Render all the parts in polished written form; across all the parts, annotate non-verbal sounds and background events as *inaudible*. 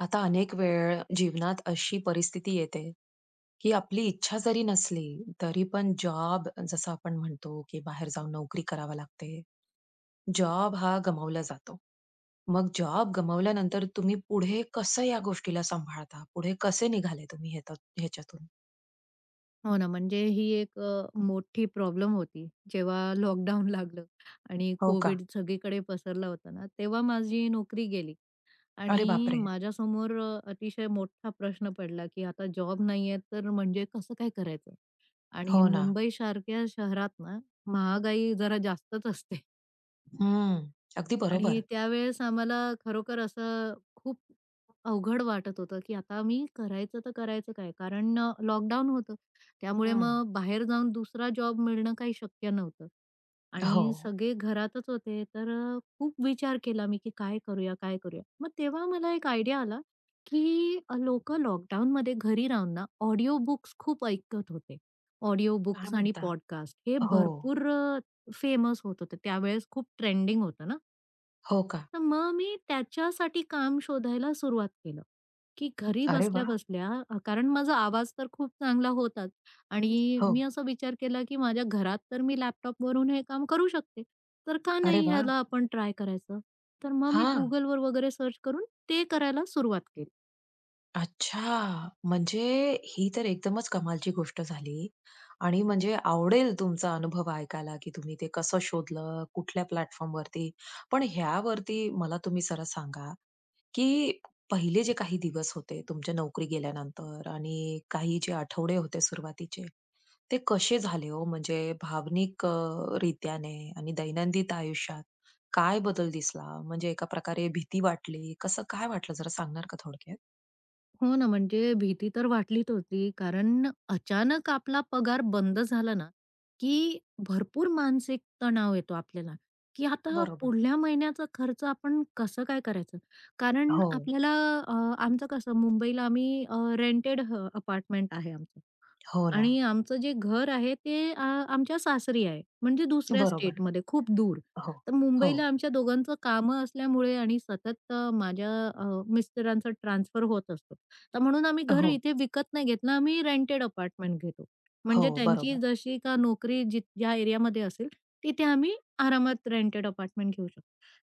आता अनेक वेळ जीवनात अशी परिस्थिती येते, की आपली इच्छा जरी नसली, तरी पण जॉब जसं आपण म्हणतो, की बाहेर जाऊन नोकरी करावी लागते. जॉब हा गमावला जातो. मग जॉब गमावल्यानंतर तुम्ही पुढे कसं या गोष्टीला सांभाळता? पुढे कसे निघाले तुम्ही ह्यात ह्याच्यातून? हो ना, म्हणजे ही एक मोठी प्रॉब्लेम होती. जेव्हा लॉकडाऊन लागलं आणि हो का? कोविड सगळीकडे पसरला होता ना, तेव्हा माझी नोकरी गेली अरे आणि बापरे! माझ्यासमोर अतिशय मोठा प्रश्न पडला, की आता जॉब नाहीये तर म्हणजे कसं काय करायचं? आणि हो ना. मुंबईसारख्या शहरात ना, महागाई जरा जास्तच असते. हं. अगदी आणि बरोबर. त्यावेळेस आम्हाला खरोखर असं खूप अवघड वाटत होतं, की आता मी करायचं तर करायचं काय? कारण लॉकडाऊन होतं. त्यामुळे हं. मग बाहेर जाऊन दुसरा जॉब मिळणं काही शक्य नव्हतं हो. आणि सगळे घरातच होते. तर खूप विचार केला मी, की काय करूया, काय करूया? मग तेव्हा मला एक आयडिया आला, की लोकं लॉकडाऊनमध्ये घरी राहून ना ऑडिओ बुक्स खूप ऐकत होते. ऑडिओ काय बुक्स आणि म्हणता? पॉडकास्ट हे हो. भरपूर फेमस होत होते. त्यावेळेस खूप ट्रेंडिंग होतं ना. हो का? तर मग मी त्याच्यासाठी काम शोधायला सुरुवात केलं, की घरी अरे वाह! बसल्या-बसल्या कारण माझा आवाज तर खूप चांगला होताच आणि हो. मी असा विचार केला, की माझ्या घरात तर मी लॅपटॉपवरून हे काम करू शकते. तर का अरे नाही वाह! ह्याला आपण ट्राय करायचं? तर मग मी हां. Googleवर वगैरे सर्च करून ते करायला सुरुवात केली. अच्छा! म्हणजे ही तर एकदमच कमालची गोष्ट झाली आणि म्हणजे आवडेल तुमचा अनुभव ऐकायला, की तुम्ही ते कसं शोधलं, कुठल्या प्लॅटफॉर्मवरती. पण ह्यावरती मला तुम्ही जरा सांगा, की पहिले जे काही दिवस होते तुमच्या नोकरी गेल्यानंतर आणि काही जे आठवडे होते सुरुवातीचे, ते कसे झाले हो? म्हणजे भावनिक रित्याने आणि दैनंदिन आयुष्यात काय बदल दिसला? म्हणजे एका प्रकारे भीती वाटली, कसं काय वाटलं जरा सांगणार का थोडक्यात? हो ना, म्हणजे भीती तर वाटलीच होती. कारण अचानक आपला पगार बंद झाला ना, की भरपूर मानसिक तणाव येतो आपल्याला, की आता बरोबर. पुढल्या महिन्याचा खर्च आपण कसं काय करायचं? कारण हो, आपल्याला अ, आमचं कसं मुंबईला आम्ही रेंटेड अपार्टमेंट आहे आमचं. हो ना. आणि आमचं जे घर आहे ते आमच्या सासरी आहे. म्हणजे दुसऱ्या बरोबर. स्टेटमध्ये खूप दूर. हो, तर हो, मुंबईला आमच्या दोघांचं कामं असल्यामुळे आणि सतत माझ्या मिस्टरांचा ट्रान्सफर होत असतो. तर म्हणून आम्ही घर हो, इथे विकत नाही घेतलं. आम्ही रेंटेड अपार्टमेंट घेतो. हो. म्हणजे त्यांची बरोबर, जशी का नोकरी जी ज्या एरियामध्ये असेल, तिथे आम्ही आरामात रेंटेड अपार्टमेंट घेऊ शकतो.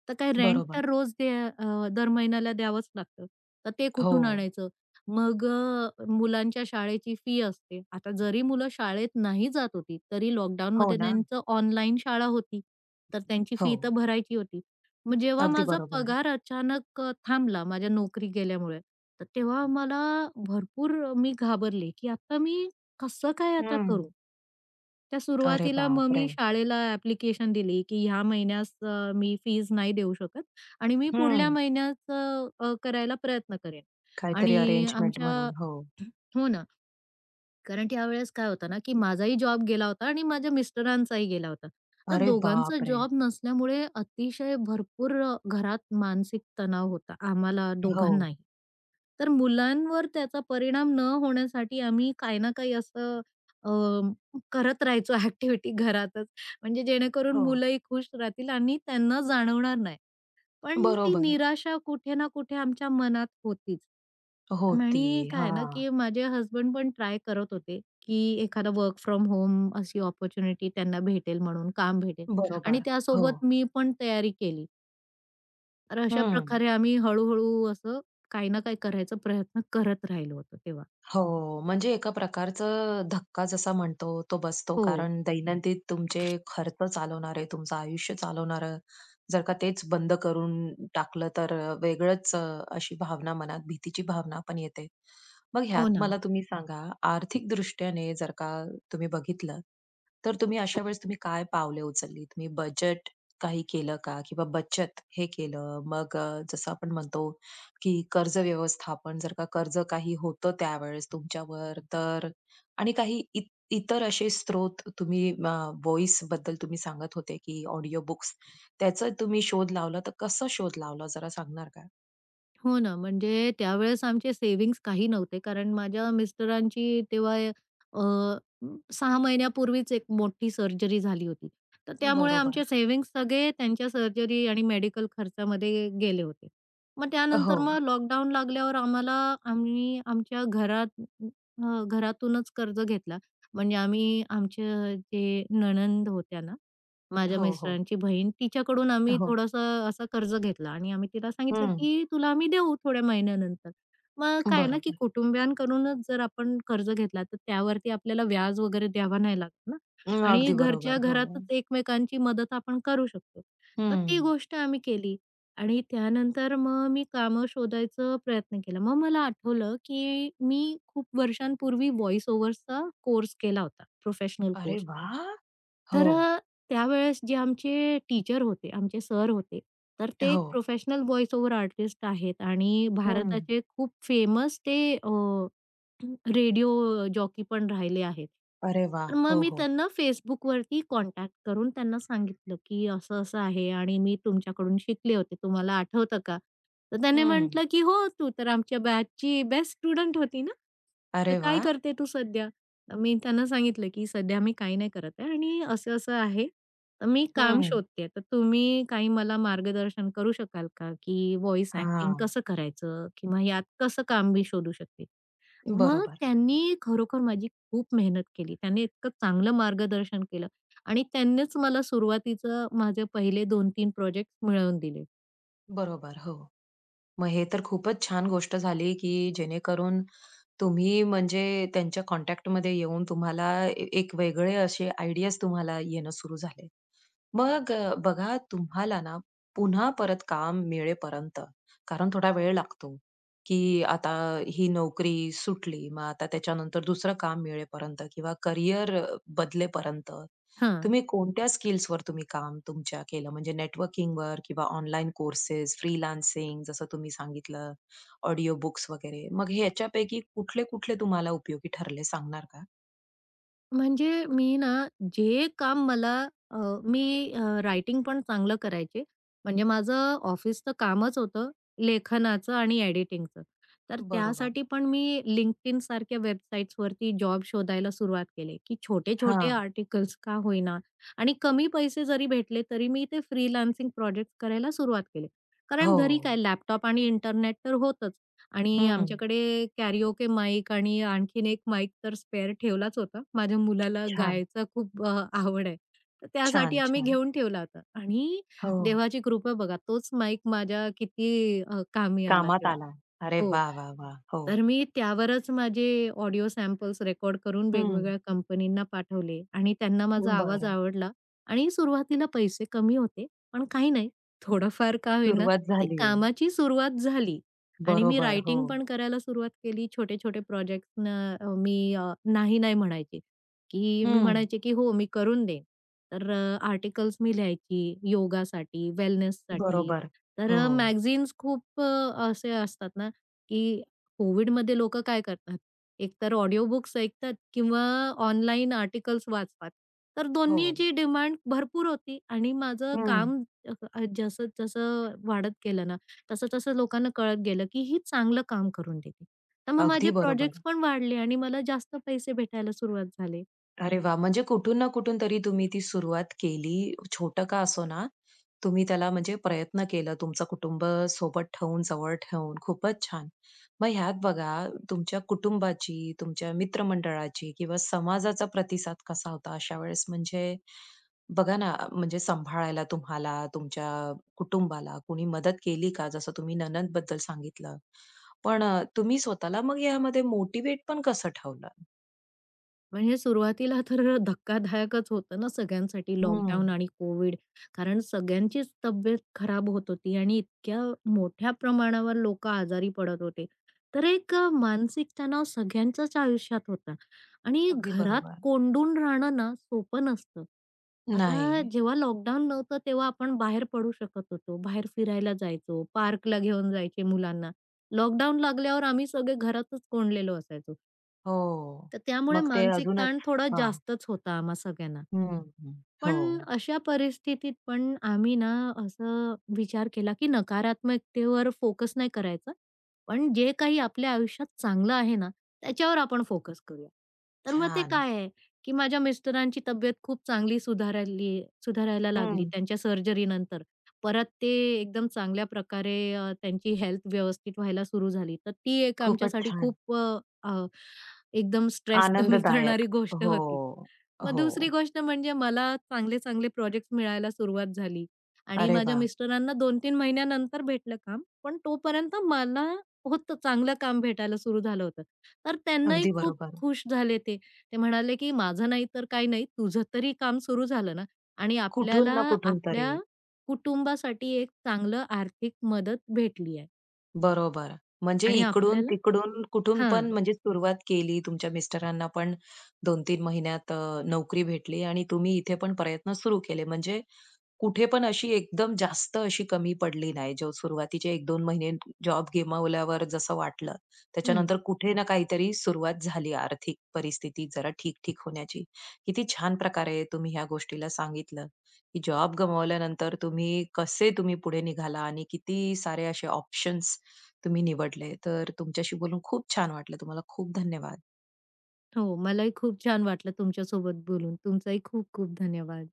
तर काय रेंट बरोबर. तर रोज द्या दर महिन्याला द्यावंच लागतं. तर ते हो, कुठून आणायचं? मग मुलांच्या शाळेची फी असते. आता जरी मुलं शाळेत नाही जात होती, तरी हो लॉकडाऊनमध्ये ना. त्यांचं ऑनलाईन शाळा होती. तर त्यांची हो, फी तर भरायची होती. मग जेव्हा अगदी माझा बरोबर. पगार अचानक थांबला माझ्या नोकरी गेल्यामुळे, तर तेव्हा मला भरपूर मी घाबरले, की आता मी कसं काय आता हं. करू? त्या अरे सुरुवातीला मग मी बापरे! शाळेला ॲप्लिकेशन दिली, की ह्या महिन्यास मी फीज नाही देऊ शकत आणि मी पुढल्या हं. महिन्याचं करायला प्रयत्न करेन काहीतरी आणि अरेंजमेंट आमच्या म्हणून. हो. हो ना. कारण त्यावेळेस काय होतं ना, की माझाही जॉब गेला होता आणि माझ्या मिस्टरांचाही गेला होता. तर अरे दोघांचा बापरे! जॉब नसल्यामुळे अतिशय भरपूर घरात मानसिक तणाव होता आम्हाला हो, दोघांनाही. तर मुलांवर त्याचा परिणाम न होण्यासाठी आम्ही काही ना काही असं अ, करत राहायचो *laughs* ॲक्टिव्हिटी घरातच. म्हणजे जेणेकरून हो. मुलंही खुश राहतील आणि त्यांना जाणवणार नाही. पण ती बरोबर. निराशा कुठे ना कुठे आमच्या मनात होतीच. होती. म्हणी काय ना, हां. की माझे हस्बंड पण ट्राय करत होते, की एखादा वर्क फ्रॉम होम अशी अपॉर्च्युनिटी त्यांना भेटेल म्हणून, काम भेटेल आणि बरोबर. हो. त्यासोबत मी पण तयारी केली. तर अशा हं. प्रकारे आम्ही हळू-हळू असं काही ना काही करायचा प्रयत्न करत राहिलो होतो तेव्हा. हो, म्हणजे एका प्रकारचं धक्का जसा म्हणतो तो बसतो. हो. कारण दैनंदिन तुमचे खर्च चालवणारे, तुमचं आयुष्य चालवणारं जर का तेच बंद करून टाकलं तर वेगळंच अशी भावना मनात भीतीची भावना पण येते. मग ह्यात हो ना. मला तुम्ही सांगा आर्थिक दृष्ट्याने जर का तुम्ही बघितलं, तर तुम्ही अशा वेळेस तुम्ही काय पावले उचलली? तुम्ही बजेट काही केलं का? किंवा बचत हे केलं? मग जसं आपण म्हणतो की कर्ज व्यवस्थापन जर का कर्ज काही होतं त्यावेळेस तुमच्यावर तर आणि काही इतर असे स्रोत तुम्ही व्हॉइस बद्दल तुम्ही सांगत होते की ऑडिओ बुक्स त्याचा तुम्ही शोध लावला तर कसं शोध लावला जरा सांगणार का हो ना, म्हणजे त्यावेळेस आमचे सेव्हिंग्ज काही नव्हते. कारण माझ्या मिस्टरांची तेव्हा अ, 6 महिन्यापूर्वीच एक मोठी सर्जरी झाली होती. तर त्यामुळे बरोबर. आमचे सेव्हिंग्ज सगळे त्यांच्या सर्जरी आणि मेडिकल खर्चामध्ये गेले होते. मग हो, त्यानंतर मग लॉकडाऊन लागल्यावर आम्हाला आम्ही आमच्या घरात घरातूनच कर्ज घेतला. म्हणजे आम्ही आमच्या जे नणंद होत्या ना माझ्या हो, हो, मिस्टरांची बहीण, तिच्याकडून आम्ही हो. थोडंसं असं कर्ज घेतलं आणि आम्ही तिला सांगितलं, हम्म. की "तुला आम्ही देऊ थोड्या महिन्यानंतर." मग काय आहे ना, की बरोबर. कुटुंबियांकडूनच जर आपण कर्ज घेतला, तर त्यावरती आपल्याला व्याज वगैरे द्यावा नाही लागत ना हम्म, आणि अगदी बरोबर घरच्या हो. घरातच एकमेकांची मदत आपण करू शकतो. तर ती हम्म. गोष्ट आम्ही केली आणि त्यानंतर मग मी कामं शोधायचा प्रयत्न केला. मग मला आठवलं, की मी खूप वर्षांपूर्वी व्हॉईस ओव्हरचा कोर्स केला होता, प्रोफेशनल अरे कोर्स. वा, हो, तर त्यावेळेस जे आमचे टीचर होते, आमचे सर होते, तर ते हो. एक प्रोफेशनल व्हॉईस ओव्हर आर्टिस्ट आहेत आणि हम्म. भारताचे खूप फेमस ते रेडिओ जॉकी पण राहिले आहेत. अरे वा, तर मग हो, मी हो. त्यांना Facebookवरती कॉन्टॅक्ट करून त्यांना सांगितलं, की असं-असं आहे आणि मी तुमच्याकडून शिकले होते. तुम्हाला आठवतं का? तर त्याने हम्म. म्हटलं, की "हो, तू तर आमच्या बॅचची बेस्ट स्टुडंट होती ना, तर अरे वा. काय करते तू सध्या?" तर मी त्यांना सांगितलं, की "सध्या मी काही नाही करत आहे आणि असं-असं आहे. तर मी काम हम्म. शोधते. तर तुम्ही काही मला मार्गदर्शन करू शकाल का, की व्हॉईस हा. ॲक्टिंग कसं करायचं? किंवा यात कसं काम मी शोधू शकते?" मग बरोबर. त्यांनी खरोखर माझी खूप मेहनत केली. त्यांनी इतकं चांगलं मार्गदर्शन केलं आणि त्यांनीच मला सुरुवातीचं माझे पहिले दोन-तीन प्रोजेक्ट मिळवून दिले. बरोबर, हो. मग हे तर खूपच छान गोष्ट झाली, की जेणेकरून तुम्ही म्हणजे त्यांच्या कॉन्टॅक्टमध्ये येऊन तुम्हाला ए एक वेगळे असे आयडियाज तुम्हाला येणं सुरू झाले. मग बघा तुम्हाला ना पुन्हा परत काम मिळेपर्यंत, कारण थोडा वेळ लागतो, की आता ही नोकरी सुटली, मग आता त्याच्यानंतर दुसरं काम मिळेपर्यंत किंवा करियर बदलेपर्यंत, हां. तुम्ही कोणत्या स्किल्सवर तुम्ही काम तुमच्या केलं? म्हणजे नेटवर्किंगवर किंवा ऑनलाईन कोर्सेस, फ्रीलान्सिंग जसं तुम्ही सांगितलं, ऑडिओ बुक्स वगैरे. मग ह्याच्यापैकी कुठले-कुठले तुम्हाला उपयोगी ठरले सांगणार का? म्हणजे मी ना, जे काम मला अ, मी रायटिंग पण चांगलं करायचे. म्हणजे माझं ऑफिसचं कामच होतं लेखनाचं आणि एडिटिंगचं. तर बरोबर. त्यासाठी पण मी LinkedIn सारख्या वेबसाईट्सवरती जॉब शोधायला सुरुवात केली, की छोटे-छोटे हां. आर्टिकल्स का होईना आणि कमी पैसे जरी भेटले, तरी मी ते फ्रीलान्सिंग प्रोजेक्ट करायला सुरुवात केली. कारण हो. घरी काय लॅपटॉप आणि इंटरनेट तर होतंच. आणि हं. आमच्याकडे कॅरिओके माईक आणि आणखीन एक माईक तर स्पेअर ठेवलाच होता. माझ्या मुलाला छान, गायचा खूप आवड आहे. तर त्यासाठी छान, आम्ही छान. घेऊन ठेवला होता आणि हो, देवाची कृपा बघा तोच माईक माझ्या किती कामी आला कामात तेव्हा. आला. अरे हो. वा, वा, वा, हो. तर मी त्यावरच माझे ऑडिओ सॅम्पल्स रेकॉर्ड करून हं, वेगवेगळ्या कंपनींना पाठवले आणि त्यांना माझा आवाज बरं. आवडला आणि सुरुवातीला पैसे कमी होते, पण काही नाही थोडंफार का होईना सुरुवात ते झाली. कामाची सुरुवात झाली आणि मी बरोबर, हो. रायटिंग पण करायला सुरुवात केली. छोटे-छोटे प्रोजेक्ट्सना मी नाही म्हणायचे, की मी हं, म्हणायचे, की "हो, मी करून देईन." तर आर्टिकल्स मी लिहायची योगासाठी, वेलनेससाठी. बरोबर. तर हो, मॅगझिन्स खूप असे असतात ना की कोविडमध्ये लोकं काय करतात, एकतर ऑडिओ बुक्स ऐकतात किंवा ऑनलाईन आर्टिकल्स वाचतात. तर हो. दोन्हीची डिमांड भरपूर होती आणि माझं हं, काम जसं जसं वाढत गेलं ना, तसं-तसं लोकांना कळत गेलं, की ही चांगलं काम करून देते. तर मग अगदी माझे बरोबर. प्रोजेक्ट्स पण वाढले आणि मला जास्त पैसे भेटायला सुरुवात झाले. अरे वाह! म्हणजे कुठून ना कुठून तरी तुम्ही ती सुरुवात केली. छोटं का असेना, तुम्ही त्याला म्हणजे प्रयत्न केला तुमचं कुटुंब सोबत ठेवून, जवळ ठेवून. खूपच छान. मग ह्यात बघा तुमच्या कुटुंबाची, तुमच्या मित्रमंडळाची किंवा समाजाचा प्रतिसाद कसा होता अशा वेळेस? म्हणजे बघा ना, म्हणजे सांभाळायला तुम्हाला, तुमच्या कुटुंबाला कोणी मदत केली का? जसं तुम्ही नणंदबद्दल सांगितलं. पण तुम्ही स्वतःला मग यामध्ये मोटिव्हेट पण कसं ठेवलं? म्हणजे सुरुवातीला तर धक्कादायकच होतं ना सगळ्यांसाठी हं. लॉकडाऊन आणि कोविड. कारण सगळ्यांचीच तब्येत खराब होत होती आणि इतक्या मोठ्या प्रमाणावर लोकं आजारी पडत होते. तर एक मानसिक तणाव सगळ्यांच्याच आयुष्यात होता आणि अगदी घरात बरोबर. कोंडून राहणं ना सोपं नसतं. आता नाही. जेव्हा लॉकडाऊन नव्हतं तेव्हा आपण बाहेर पडू शकत होतो. बाहेर फिरायला जायचो, पार्कला घेऊन जायचे मुलांना. लॉकडाऊन लागल्यावर आम्ही सगळे घरातच कोंडलेलो असायचो. हो. तर त्यामुळे मग ते मानसिक अजूनच ताण थोडा हां. जास्तच होता आम्हा सगळ्यांना. हं, हं. हो. पण अशा परिस्थितीत पण आम्ही ना असं विचार केला, की नकारात्मकतेवर फोकस नाही करायचा. पण जे काही आपल्या आयुष्यात चांगलं आहे ना, त्याच्यावर आपण फोकस करूया. तर मग ते छान. काय आहे, की माझ्या मिस्टरांची तब्येत खूप चांगली सुधारायला लागली हं. त्यांच्या सर्जरीनंतर. परत ते एकदम चांगल्या प्रकारे त्यांची हेल्थ व्यवस्थित व्हायला सुरू झाली. तर ती एक खूपच आमच्यासाठी छान. खूप अ, अ, एकदम स्ट्रेस कमी *laughs* आनंददायक. करणारी गोष्ट हो. होती. मग हो. दुसरी गोष्ट म्हणजे मला चांगले-चांगले प्रोजेक्ट्स मिळायला सुरुवात झाली आणि अरे माझ्या वा, मिस्टरांना 2-3 महिन्यानंतर भेटलं काम. पण तोपर्यंत मला होतं चांगलं काम भेटायला सुरू झालं होतं. तर त्यांनाही अगदी खूप बरोबर. खुश झाले ते. ते म्हणाले, "की माझं नाही तर काही नाही, तुझं तरी काम सुरू झालं ना आणि कुठून आपल्याला ना कुठून तरी. आपल्या कुटुंबासाठी एक चांगलं आर्थिक मदत भेटली आहे बरोबर. म्हणजे आणि आपल्याला." इकडून-तिकडून कुठून हां. पण म्हणजे सुरुवात केली. तुमच्या मिस्टरांना पण 2-3 महिन्यात नोकरी भेटली आणि तुम्ही इथे पण प्रयत्न सुरू केले. म्हणजे कुठे पण अशी एकदम जास्त अशी कमी पडली नाही. जो सुरुवातीचे एक-दोन महिने जॉब गमावल्यावर जसं वाटलं, हं. त्याच्यानंतर कुठे ना काहीतरी सुरुवात झाली आर्थिक परिस्थिती जरा ठीक-ठीक होण्याची. किती छान प्रकारे तुम्ही ह्या गोष्टीला सांगितलं, की जॉब गमावल्यानंतर तुम्ही कसे तुम्ही पुढे निघाला आणि किती सारे असे ऑप्शन्स तुम्ही निवडले. तर तुमच्याशी बोलून खूप छान वाटलं. तुम्हाला खूप धन्यवाद. हो, मलाही खूप छान वाटलं तुमच्यासोबत बोलून. तुमचाही खूप खूप धन्यवाद.